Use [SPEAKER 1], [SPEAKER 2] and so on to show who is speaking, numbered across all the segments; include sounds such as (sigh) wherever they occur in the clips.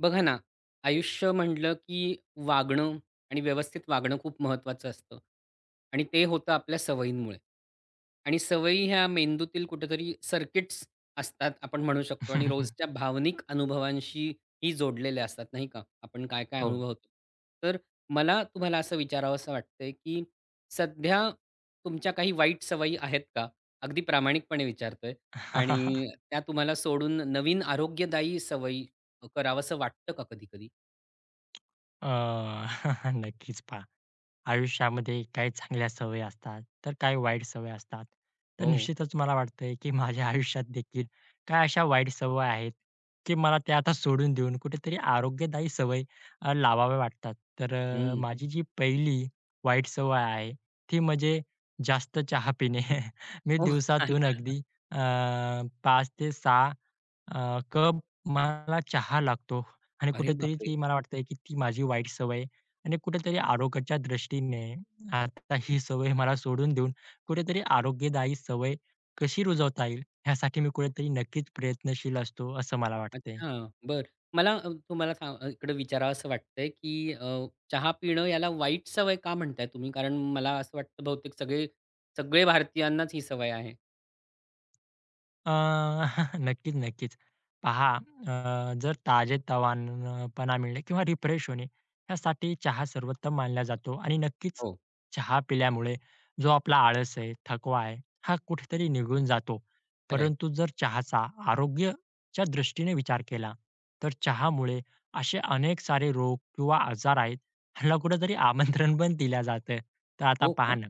[SPEAKER 1] बघा ना, आयुष्य म्हटलं की वागणं आणि व्यवस्थित वागणं खूप महत्त्वाचं असतं आणि ते होतं आपल्या सवयींमुळे आणि सवयी ह्या मेंदूतील कुठेतरी सर्किट्स असतात आपण म्हणू शकतो आणि रोजच्या
[SPEAKER 2] (laughs)
[SPEAKER 1] भावनिक अनुभवांशी ही जोडलेल्या असतात, नाही का? आपण काय-काय
[SPEAKER 2] हो.
[SPEAKER 1] अनुभवतो. तर मला तुम्हाला असं विचारावसं वाटतंय, की सध्या तुमच्या काही वाईट सवयी आहेत का? अगदी प्रामाणिकपणे विचारतोय
[SPEAKER 2] (laughs)
[SPEAKER 1] आणि त्या तुम्हाला सोडून नवीन आरोग्यदायी सवयी करावसं वाटतं का कधी-कधी?
[SPEAKER 2] अ, (laughs) नक्कीच पहा, आयुष्यामध्ये काही चांगल्या सवयी असतात, तर काही वाईट सवयी असतात. तर
[SPEAKER 1] हो.
[SPEAKER 2] निश्चितच मला वाटतंय, की माझ्या आयुष्यात देखील काही अशा वाईट सवयी आहेत, की मला त्या आता सोडून देऊन कुठेतरी आरोग्यदायी सवयी लावाव्या वाटतात. तर
[SPEAKER 1] हं. (laughs)
[SPEAKER 2] माझी जी पहिली वाईट सवय आहे, ती म्हणजे जास्त चहा पिणे. (laughs) मी
[SPEAKER 1] हो. आणि
[SPEAKER 2] दिवसातून अगदी अ, 5 ते 6 कप मला चहा लागतो आणि
[SPEAKER 1] अरे
[SPEAKER 2] कुठेतरी
[SPEAKER 1] बापरे!
[SPEAKER 2] ती मला वाटतंय, की ती माझी वाईट सवय आहे आणि कुठेतरी आरोग्याच्या दृष्टीने आता ही सवय मला सोडून देऊन कुठेतरी आरोग्यदायी सवय कशी रुजवता येईल, ह्यासाठी मी कुठेतरी नक्कीच प्रयत्नशील असतो, असं मला वाटतंय.
[SPEAKER 1] अच्छा, बरं. मला तुम्हाला सांग इकडे विचारावसं वाटतंय, की चहा पिणं याला वाईट सवय का म्हणताय तुम्ही? कारण मला असं वाटतं बहुतेक सगळे सगळे भारतीयांनाच ही सवय आहे.
[SPEAKER 2] अ, (laughs) नक्कीच, नक्कीच. पहा, जर ताजेतवानपणा मिळणे किंवा रिफ्रेश होणे, यासाठी चहा सर्वोत्तम मानला जातो आणि नक्कीच
[SPEAKER 1] हो.
[SPEAKER 2] चहा पिल्यामुळे जो आपला आळस आहे, थकवा आहे, हा कुठेतरी निघून जातो.
[SPEAKER 1] खरं आहे.
[SPEAKER 2] परंतु जर चहाचा आरोग्याच्या दृष्टीने विचार केला, तर चहामुळे असे अनेक सारे रोग किंवा आजार आहेत, ह्याला कुठेतरी आमंत्रण पण दिलं जातं. तर आता
[SPEAKER 1] हो
[SPEAKER 2] पहा
[SPEAKER 1] का?
[SPEAKER 2] ना,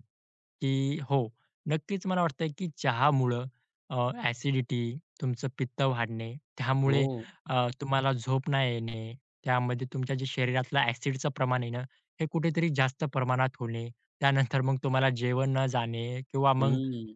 [SPEAKER 2] की हो, नक्कीच मला वाटतंय की चहामुळं अ, ॲसिडिटी, तुमचं पित्त वाढणे, त्यामुळे
[SPEAKER 1] हो.
[SPEAKER 2] तुम्हाला झोप नाही येणे, त्यामध्ये तुमच्या जे शरीरातलं ॲसिडचं प्रमाण आहे ना, हे कुठेतरी जास्त प्रमाणात होणे. त्यानंतर मग तुम्हाला जेवण न जाणे किंवा मग
[SPEAKER 1] हं.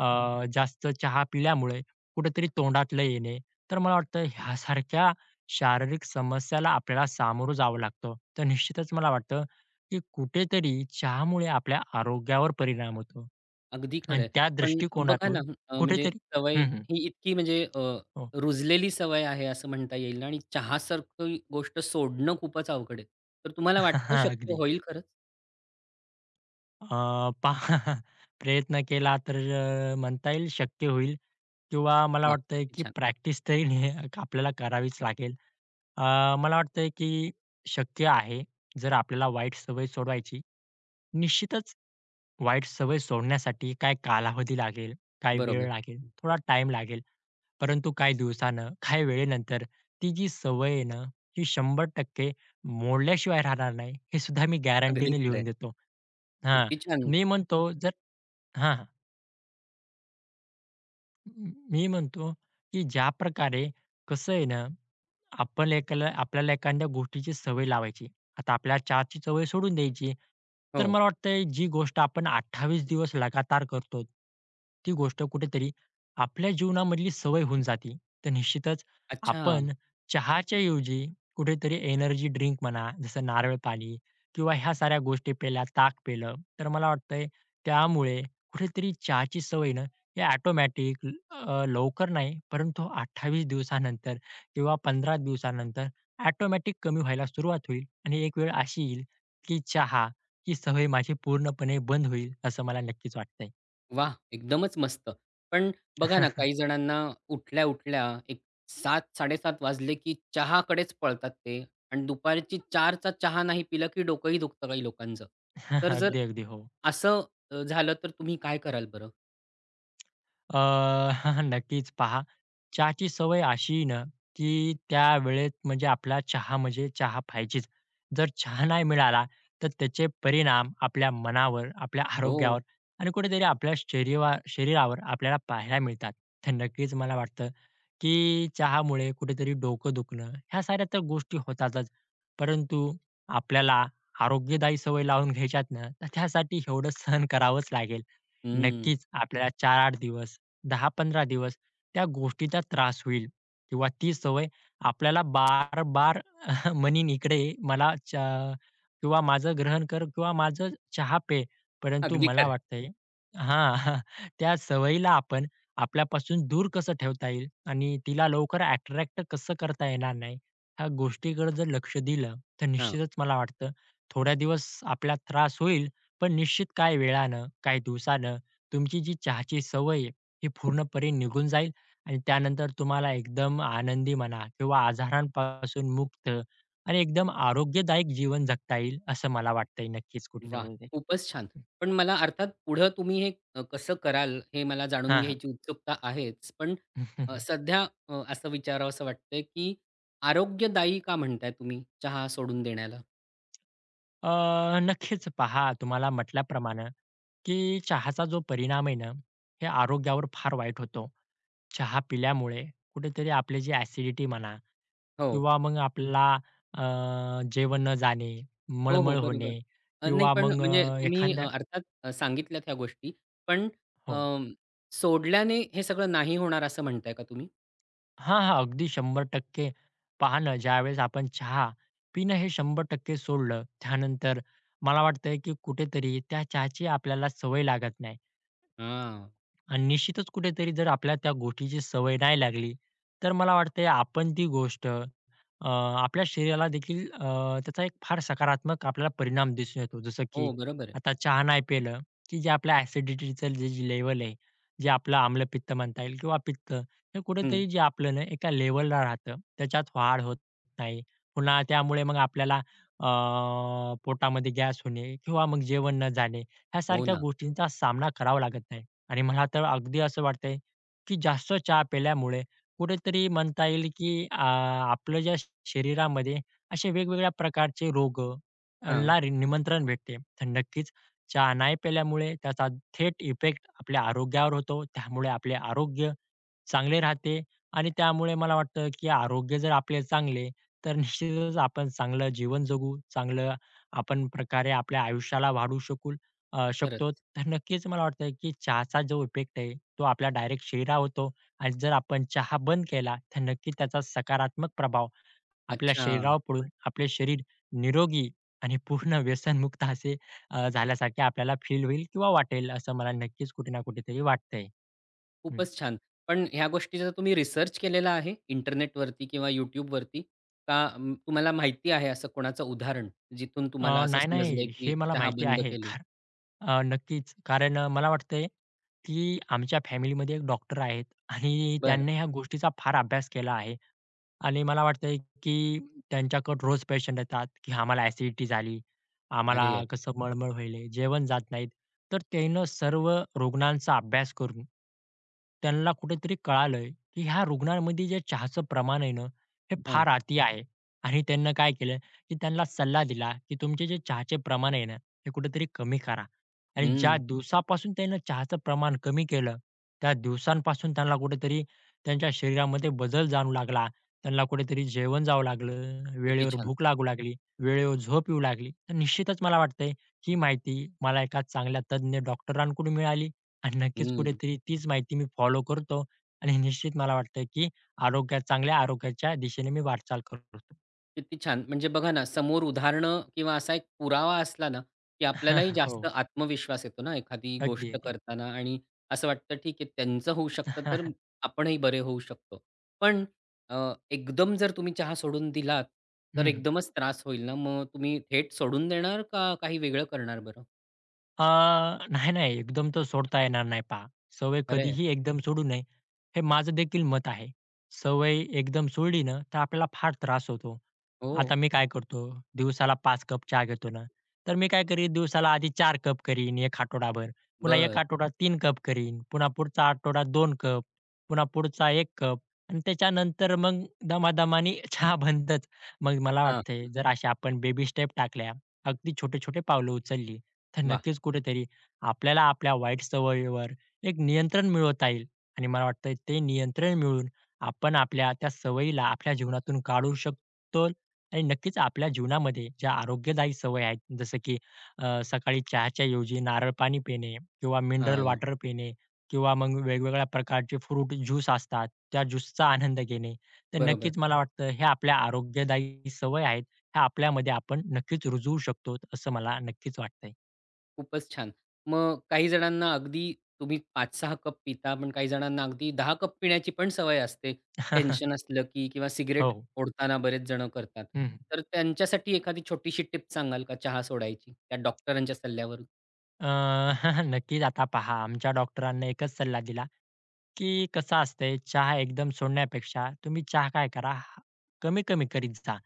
[SPEAKER 2] जास्त चहा पिल्यामुळे कुठेतरी तोंडातलं येणे. तर मला वाटतं ह्यासारख्या शारीरिक समस्याला आपल्याला सामोरं जावं लागतं. तर निश्चितच मला वाटतं, की कुठेतरी चहामुळे आपल्या आरोग्यावर परिणाम होतो
[SPEAKER 1] अगदी खरं
[SPEAKER 2] आणि
[SPEAKER 1] आहे.
[SPEAKER 2] त्या
[SPEAKER 1] पण बघा ना,
[SPEAKER 2] दृष्टिकोनातून
[SPEAKER 1] म्हणजे
[SPEAKER 2] कुठेतरी
[SPEAKER 1] सवय
[SPEAKER 2] हं, हं.
[SPEAKER 1] ही इतकी म्हणजे
[SPEAKER 2] हो.
[SPEAKER 1] रुजलेली सवय आहे असं म्हणता येईल ना आणि चहासारखी गोष्ट सोडणं खूपच अवघड आहे. तर तुम्हाला
[SPEAKER 2] (laughs)
[SPEAKER 1] वाटतं शक्य
[SPEAKER 2] अगदी.
[SPEAKER 1] होईल खरंच?
[SPEAKER 2] अ, पहा. (laughs) प्रयत्न केला तर म्हणता येईल शक्य होईल किंवा मला
[SPEAKER 1] वाह!
[SPEAKER 2] वाटतंय
[SPEAKER 1] किती
[SPEAKER 2] की
[SPEAKER 1] छान.
[SPEAKER 2] प्रॅक्टिस तरी ने (laughs) आपल्याला करावीच लागेल. अ, मला वाटतंय की शक्य आहे, जर आपल्याला वाईट सवय सोडवायची. निश्चितच वाईट सवय सोडण्यासाठी काय कालावधी लागेल, काय वेळ
[SPEAKER 1] बरोबर.
[SPEAKER 2] लागेल, थोडा टाईम लागेल. परंतु काही दिवसानं, काही वेळेनंतर ती जी सवय आहे ना, ही 100% मोडल्याशिवाय राहणार नाही, हे सुद्धा मी
[SPEAKER 1] अगदी
[SPEAKER 2] गॅरंटीने
[SPEAKER 1] खरं
[SPEAKER 2] लिहून
[SPEAKER 1] आहे.
[SPEAKER 2] देतो. हां,
[SPEAKER 1] किती छान.
[SPEAKER 2] मी म्हणतो जर हां, हां. मी म्हणतो, की ज्याप्रकारे कसं आहे ना आपण एकाला आपल्याला एखाद्या गोष्टीची सवय लावायची. आता आपल्याला चहाची सवय सोडून द्यायची. तर
[SPEAKER 1] हो.
[SPEAKER 2] मला वाटतंय जी गोष्ट आपण 28 दिवस लगातार करतो, ती गोष्ट कुठेतरी आपल्या जीवनामधली सवय होऊन जाते. तर निश्चितच
[SPEAKER 1] अच्छा.
[SPEAKER 2] आपण चहाच्या ऐवजी कुठेतरी एनर्जी ड्रिंक म्हणा, जसं नारळ पाणी किंवा ह्या साऱ्या गोष्टी पेल्या, ताक पेलं, तर मला वाटतंय त्यामुळे कुठेतरी चहाची सवय ना, ही ऑटोमॅटिक लवकर नाही, परंतु 28 दिवसानंतर किंवा 15 दिवसानंतर ऑटोमॅटिक कमी व्हायला सुरुवात होईल आणि एक वेळ अशी येईल, की चहा ही सवय माझी पूर्णपणे बंद होईल, असं मला नक्कीच वाटतंय.
[SPEAKER 1] वाह! एकदमच मस्त. पण बघा ना, काही
[SPEAKER 2] (laughs)
[SPEAKER 1] जणांना उठल्या-उठल्या एक 7:00-7:30 वाजले, की चहाकडेच पळतात ते आणि दुपारची 4:00चा चहा नाही पिला, की डोकंही दुखतं काही लोकांचं. तर जर
[SPEAKER 2] अगदी, अगदी. हो.
[SPEAKER 1] असं झालं तर तुम्ही काय कराल बरं?
[SPEAKER 2] अ, (laughs) नक्कीच पहा, चहाची सवय अशी आहे ना, की त्यावेळेत म्हणजे आपला चहा म्हणजे चहा पाहिजेच. जर चहा नाही मिळाला, तर त्याचे परिणाम आपल्या मनावर, आपल्या आरोग्यावर
[SPEAKER 1] हो.
[SPEAKER 2] आणि कुठेतरी आपल्या शरीरावर आपल्याला पाहायला मिळतात. तर नक्कीच मला वाटतं, की चहामुळे कुठेतरी डोकं दुखणं, ह्या साऱ्या तर गोष्टी होतातच. परंतु आपल्याला आरोग्यदायी सवय लावून घ्यायच्यात ना, तर त्यासाठी एवढं (laughs) सहन करावंच लागेल.
[SPEAKER 1] हं.
[SPEAKER 2] नक्कीच आपल्याला 4-8 दिवस दहा 15 दिवस त्या गोष्टीचा त्रास होईल किंवा ती सवय आपल्याला बार-बार (laughs) म्हणीन इकडे ये, मला चहा किंवा माझं ग्रहण कर किंवा माझं चहा पे. परंतु
[SPEAKER 1] अगदी
[SPEAKER 2] मला
[SPEAKER 1] खरं
[SPEAKER 2] वाटतंय हां, (laughs) त्या सवयीला आपण आपल्यापासून दूर कसं ठेवता येईल आणि तिला लवकर अट्रॅक्ट कसं करता येणार नाही, ह्या गोष्टीकडे जर लक्ष दिलं, तर निश्चितच मला वाटतं थोड्या दिवस आपला त्रास होईल, पण निश्चित काही वेळानं, काही दिवसानं तुमची जी चहाची सवय हे पूर्णपणे निघून जाईल आणि त्यानंतर तुम्हाला एकदम आनंदी म्हणा किंवा आजारांपासून मुक्त आणि एकदम आरोग्यदायक जीवन जगता येईल असं मला वाटतंय नक्कीच कुठे ना
[SPEAKER 1] वाह!
[SPEAKER 2] कुठे.
[SPEAKER 1] खूपच छान. पण मला अर्थात पुढं तुम्ही हे कसं कराल हे मला जाणून
[SPEAKER 2] हां, हां.
[SPEAKER 1] घ्यायची उत्सुकता आहेच. पण
[SPEAKER 2] (laughs)
[SPEAKER 1] सध्या असं विचारावसं वाटतंय, की आरोग्यदायी का म्हणताय तुम्ही चहा सोडून देण्याला?
[SPEAKER 2] अ, नक्कीच पहा तुम्हाला म्हटल्याप्रमाणे की चहाचा जो परिणाम आहे ना, हे आरोग्यावर फार वाईट होतो. चहा पिल्यामुळे कुठेतरी आपली जी ॲसिडिटी म्हणा
[SPEAKER 1] हो.
[SPEAKER 2] किंवा मग आपला अ, जेवण न जाणे,
[SPEAKER 1] हो, हो.
[SPEAKER 2] मळमळ
[SPEAKER 1] बरोबर.
[SPEAKER 2] होणे
[SPEAKER 1] नाही
[SPEAKER 2] किंवा
[SPEAKER 1] पण
[SPEAKER 2] मग
[SPEAKER 1] म्हणजे तुम्ही
[SPEAKER 2] एखाद्या
[SPEAKER 1] अर्थात सांगितल्यात ह्या गोष्टी. पण
[SPEAKER 2] हो.
[SPEAKER 1] अं, सोडल्याने हे सगळं नाही होणार असं म्हणताय का तुम्ही?
[SPEAKER 2] हां, हां. अगदी 100%. पहा ना, ज्यावेळेस आपण चहा पिणं हे 100% सोडलं, त्यानंतर मला वाटतंय, की कुठेतरी त्या चहाची आपल्याला सवय लागत नाही
[SPEAKER 1] हां.
[SPEAKER 2] आणि निश्चितच कुठेतरी जर आपल्याला त्या गोष्टीची सवय नाही लागली, तर मला वाटतंय आपण ती गोष्ट अ, आपल्या शरीराला देखील त्याचा एक फार सकारात्मक आपल्याला परिणाम दिसून येतो. जसं की
[SPEAKER 1] हो, बरोबर आहे.
[SPEAKER 2] आता चहा नाही पिलं, की जे आपल्या ॲसिडिटीचं जे लेव्हल आहे, जे आपलं आम्लपित्त म्हणता येईल किंवा पित्त, हे
[SPEAKER 1] हं.
[SPEAKER 2] कुठेतरी जे आपलं ना एका लेव्हलला राहतं, त्याच्यात वाढ होत नाही. पुन्हा त्यामुळे मग आपल्याला अ, पोटामध्ये गॅस होणे किंवा मग जेवण न जाणे,
[SPEAKER 1] हो
[SPEAKER 2] ह्यासारख्या
[SPEAKER 1] ना.
[SPEAKER 2] गोष्टींचा सामना करावा लागत नाही. आणि मला तर अगदी असं वाटतंय, की जास्त चहा पिल्यामुळे कुठेतरी म्हणता येईल, की आपलं ज्या शरीरामध्ये असे वेगवेगळ्या प्रकारचे रोग
[SPEAKER 1] हां.
[SPEAKER 2] निमंत्रण भेटते. तर नक्कीच चहा नाही प्यायल्यामुळे त्याचा थेट इफेक्ट आपल्या आरोग्यावर होतो. त्यामुळे आपले आरोग्य चांगले राहते आणि त्यामुळे मला वाटतं, की आरोग्य जर आपले चांगले, तर निश्चितच आपण चांगलं जीवन जगू, चांगलं आपण प्रकारे आपल्या आयुष्याला वाढवू शकतो.
[SPEAKER 1] खरंच.
[SPEAKER 2] तर नक्कीच मला वाटतं, की चहाचा जो इफेक्ट आहे, तो आपल्या डायरेक्ट शरीरावर होतो आणि जर आपण चहा बंद केला, तर नक्की त्याचा सकारात्मक प्रभाव आपल्या
[SPEAKER 1] अच्छा.
[SPEAKER 2] शरीरावर पडून आपले शरीर निरोगी आणि पूर्ण व्यसनमुक्त असे झाल्यासारखे आपल्याला फील होईल किंवा वाटेल असं मला नक्कीच कुठे ना कुठेतरी वाटतंय. हं.
[SPEAKER 1] खूपच छान. पण ह्या गोष्टीचा तुम्ही रिसर्च केलेला आहे इंटरनेटवरती किंवा YouTubeवरती? का तुम्हाला माहिती आहे असं कोणाचं उदाहरण, जिथून तुम्हाला असं
[SPEAKER 2] नाही,
[SPEAKER 1] समजलंय
[SPEAKER 2] नाही. हे
[SPEAKER 1] की
[SPEAKER 2] मला
[SPEAKER 1] चहा
[SPEAKER 2] माहिती
[SPEAKER 1] बंद
[SPEAKER 2] आहे.
[SPEAKER 1] केली?
[SPEAKER 2] नक्कीच. कारण मला वाटतंय, की आमच्या फॅमिलीमध्ये एक डॉक्टर आहेत आणि
[SPEAKER 1] बरं.
[SPEAKER 2] त्यांनी ह्या गोष्टीचा फार अभ्यास केला आहे. आणि मला वाटतंय, की त्यांच्याकडे रोज पेशंट येतात, की आम्हाला ॲसिडिटी झाली, आम्हाला
[SPEAKER 1] अरे, अरे!
[SPEAKER 2] कसं हं. मळमळ व्हायली, जेवण जात नाहीत. तर त्यानं सर्व रुग्णांचा अभ्यास करून, त्यांना कुठेतरी कळालं, की ह्या रुग्णांमध्ये जे चहाचं प्रमाण आहे ना, हे
[SPEAKER 1] हां.
[SPEAKER 2] फार अति आहे. आणि त्यांनी काय केलं, की त्यांना सल्ला दिला, की तुमचे जे चहाचे प्रमाण आहे ना, हे कुठेतरी कमी करा. आणि ज्या
[SPEAKER 1] हं.
[SPEAKER 2] दिवसापासून त्यांनी चहाचं प्रमाण कमी केलं, त्या दिवसांपासून त्यांना कुठेतरी त्यांच्या शरीरामध्ये बदल जाणवू लागला. त्यांना कुठेतरी जेवण जावं लागलं,
[SPEAKER 1] किती
[SPEAKER 2] वेळेवर
[SPEAKER 1] छान.
[SPEAKER 2] भूक लागू लागली, वेळेवर झोप येऊ लागली. तर निश्चितच मला वाटतंय ही माहिती मला एका चांगल्या तज्ञ डॉक्टरांकडून मिळाली आणि नक्कीच
[SPEAKER 1] हं.
[SPEAKER 2] कुठेतरी तीच माहिती मी फॉलो करतो आणि निश्चित मला वाटतं, की चांगल्या आरोग्याच्या दिशेने मी वाटचाल करतो.
[SPEAKER 1] किती छान! म्हणजे बघा ना, समोर उदाहरणं किंवा असा एक पुरावा असला ना, की आपल्यालाही
[SPEAKER 2] (laughs)
[SPEAKER 1] जास्त
[SPEAKER 2] हो.
[SPEAKER 1] आत्मविश्वास येतो ना, एखादी
[SPEAKER 2] अगदी,
[SPEAKER 1] गोष्ट
[SPEAKER 2] अगदी.
[SPEAKER 1] करताना आणि असं वाटतं, ठीक आहे, त्यांचं होऊ शकतं, तर
[SPEAKER 2] (laughs)
[SPEAKER 1] आपणही बरे होऊ शकतो. पण अ, एकदम जर तुम्ही चहा सोडून दिलात, तर
[SPEAKER 2] हं,
[SPEAKER 1] एकदमच त्रास होईल ना, मग तुम्ही थेट सोडून देणार का काही वेगळं करणार बरं?
[SPEAKER 2] अ, नाही, नाही. एकदम तर सोडता येणार नाही पहा. सवय
[SPEAKER 1] खरं
[SPEAKER 2] कधीही एकदम सोडू नये, हे माझं देखील मत आहे. सवय एकदम सोडली ना, तर आपल्याला फार त्रास होतो.
[SPEAKER 1] हो,
[SPEAKER 2] आता मी काय करतो, दिवसाला 5 कप चहा घेतो ना, तर मी काय करीन दिवसाला आधी 4 कप करीन 1 आठवडाभर. पुन्हा 1
[SPEAKER 1] बरं.
[SPEAKER 2] आठवडा 3 कप करीन. पुन्हा पुढचा आठवडा 2 कप. पुन्हा पुढचा 1 कप आणि त्याच्यानंतर मग दमादमाने (laughs) चहा बंदच. मग मला
[SPEAKER 1] हां,
[SPEAKER 2] वाटतंय जर अशा आपण बेबी स्टेप टाकल्या, अगदी छोटे-छोटे पावलं उचलली तर
[SPEAKER 1] वाह!
[SPEAKER 2] नक्कीच कुठेतरी आपल्याला आपल्या वाईट सवयीवर एक नियंत्रण मिळवता येईल आणि मला वाटतं ते नियंत्रण मिळून आपण आपल्या त्या सवयीला आपल्या जीवनातून काढू शकतो आणि नक्कीच आपल्या जीवनामध्ये ज्या आरोग्यदायी सवयी आहेत जसं की सकाळी चहाच्या ऐवजी नारळ पाणी पिणे किंवा मिनरल
[SPEAKER 1] हां,
[SPEAKER 2] वॉटर पिणे किंवा मग वेगवेगळ्या प्रकारचे फ्रूट ज्यूस असतात त्या ज्यूसचा आनंद घेणे तर
[SPEAKER 1] बरोबर.
[SPEAKER 2] नक्कीच मला वाटतं हे आपल्या आरोग्यदायी सवय आहेत ह्या आपल्यामध्ये आपण नक्कीच रुजवू शकतो असं मला नक्कीच वाटतंय.
[SPEAKER 1] खूपच छान. मग काही जणांना अगदी तुम्ही पाच 6 कप पिता, पण काही जणांना अगदी 10 कप पिण्याची पण सवय असते. टेन्शन
[SPEAKER 2] (laughs)
[SPEAKER 1] असलं, की किंवा सिगारेट
[SPEAKER 2] हो.
[SPEAKER 1] ओढताना बरेच जण करतात.
[SPEAKER 2] हं.
[SPEAKER 1] तर त्यांच्यासाठी एखादी छोटीशी टिप सांगाल का चहा सोडायची? त्या डॉक्टरांच्या सल्ल्यावरून?
[SPEAKER 2] अ, (laughs) नक्कीच आता पहा आमच्या डॉक्टरांनी एकच सल्ला दिला, की कसं असतंय चहा एकदम सोडण्यापेक्षा तुम्ही चहा काय करा, कमी-कमी करीत जा.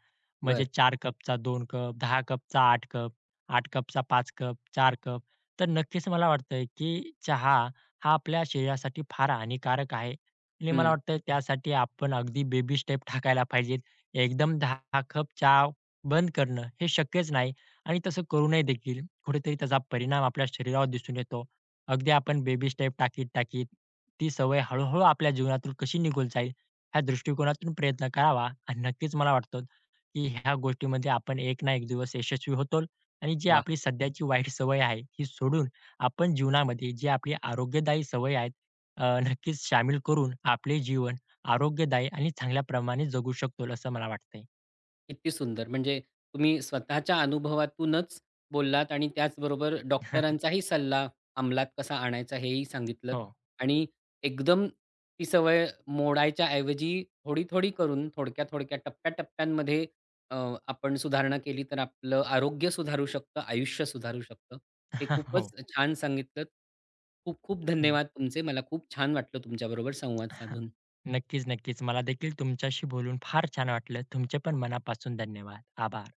[SPEAKER 2] म्हणजे
[SPEAKER 1] बरं.
[SPEAKER 2] 4 कपचा दोन कप, 10 कपचा आठ कप, आठ कपचा पाच कप, चार कप. तर नक्कीच मला वाटतंय, की चहा हा आपल्या शरीरासाठी फार हानिकारक आहे आणि मला
[SPEAKER 1] हं.
[SPEAKER 2] वाटतं त्यासाठी आपण अगदी बेबी स्टेप टाकायला पाहिजेत. एकदम 10 कप चहा बंद करणं हे शक्यच नाही. आणि तसं करूनही देखील कुठेतरी त्याचा परिणाम आपल्या शरीरावर दिसून येतो. अगदी आपण बेबी स्टेप टाकीत-टाकीत ती सवय हळू-हळू आपल्या जीवनातून कशी निघून जाईल ह्या दृष्टिकोनातून प्रयत्न करावा आणि नक्कीच मला वाटतं, की ह्या गोष्टीमध्ये आपण एक ना एक दिवस यशस्वी होतो आणि जी आपली सध्याची वाईट सवय आहे, ही सोडून आपण जीवनामध्ये जी आपली आरोग्यदायी सवय आहेत नक्कीच शामिल करून आपले जीवन आरोग्यदायी आणि चांगल्या प्रमाणे जगू शकतो असं मला वाटतंय.
[SPEAKER 1] किती सुंदर! म्हणजे तुम्ही स्वतःच्या अनुभवातूनच बोललात आणि त्याचबरोबर
[SPEAKER 2] (laughs)
[SPEAKER 1] डॉक्टरांचाही सल्ला अंमलात कसा आणायचा हेही सांगितलंत
[SPEAKER 2] हो.
[SPEAKER 1] आणि एकदम ती सवय मोडायच्या ऐवजी थोडी-थोडी करून थोडक्या-थोडक्या, टप्प्या-टप्प्यांमध्ये अ, आपण सुधारणा केली तर आपलं आरोग्य सुधारू शकतं, आयुष्य सुधारू शकतं. हे
[SPEAKER 2] (laughs)
[SPEAKER 1] खूपच
[SPEAKER 2] हो.
[SPEAKER 1] छान सांगितलंत. खूप खूप
[SPEAKER 2] हं.
[SPEAKER 1] धन्यवाद तुमचे. मला खूप छान वाटलं तुमच्याबरोबर संवाद साधून.
[SPEAKER 2] नक्कीच, नक्कीच. मला देखील तुमच्याशी बोलून फार छान वाटलं. तुमचे पण मनापासून धन्यवाद. आभार.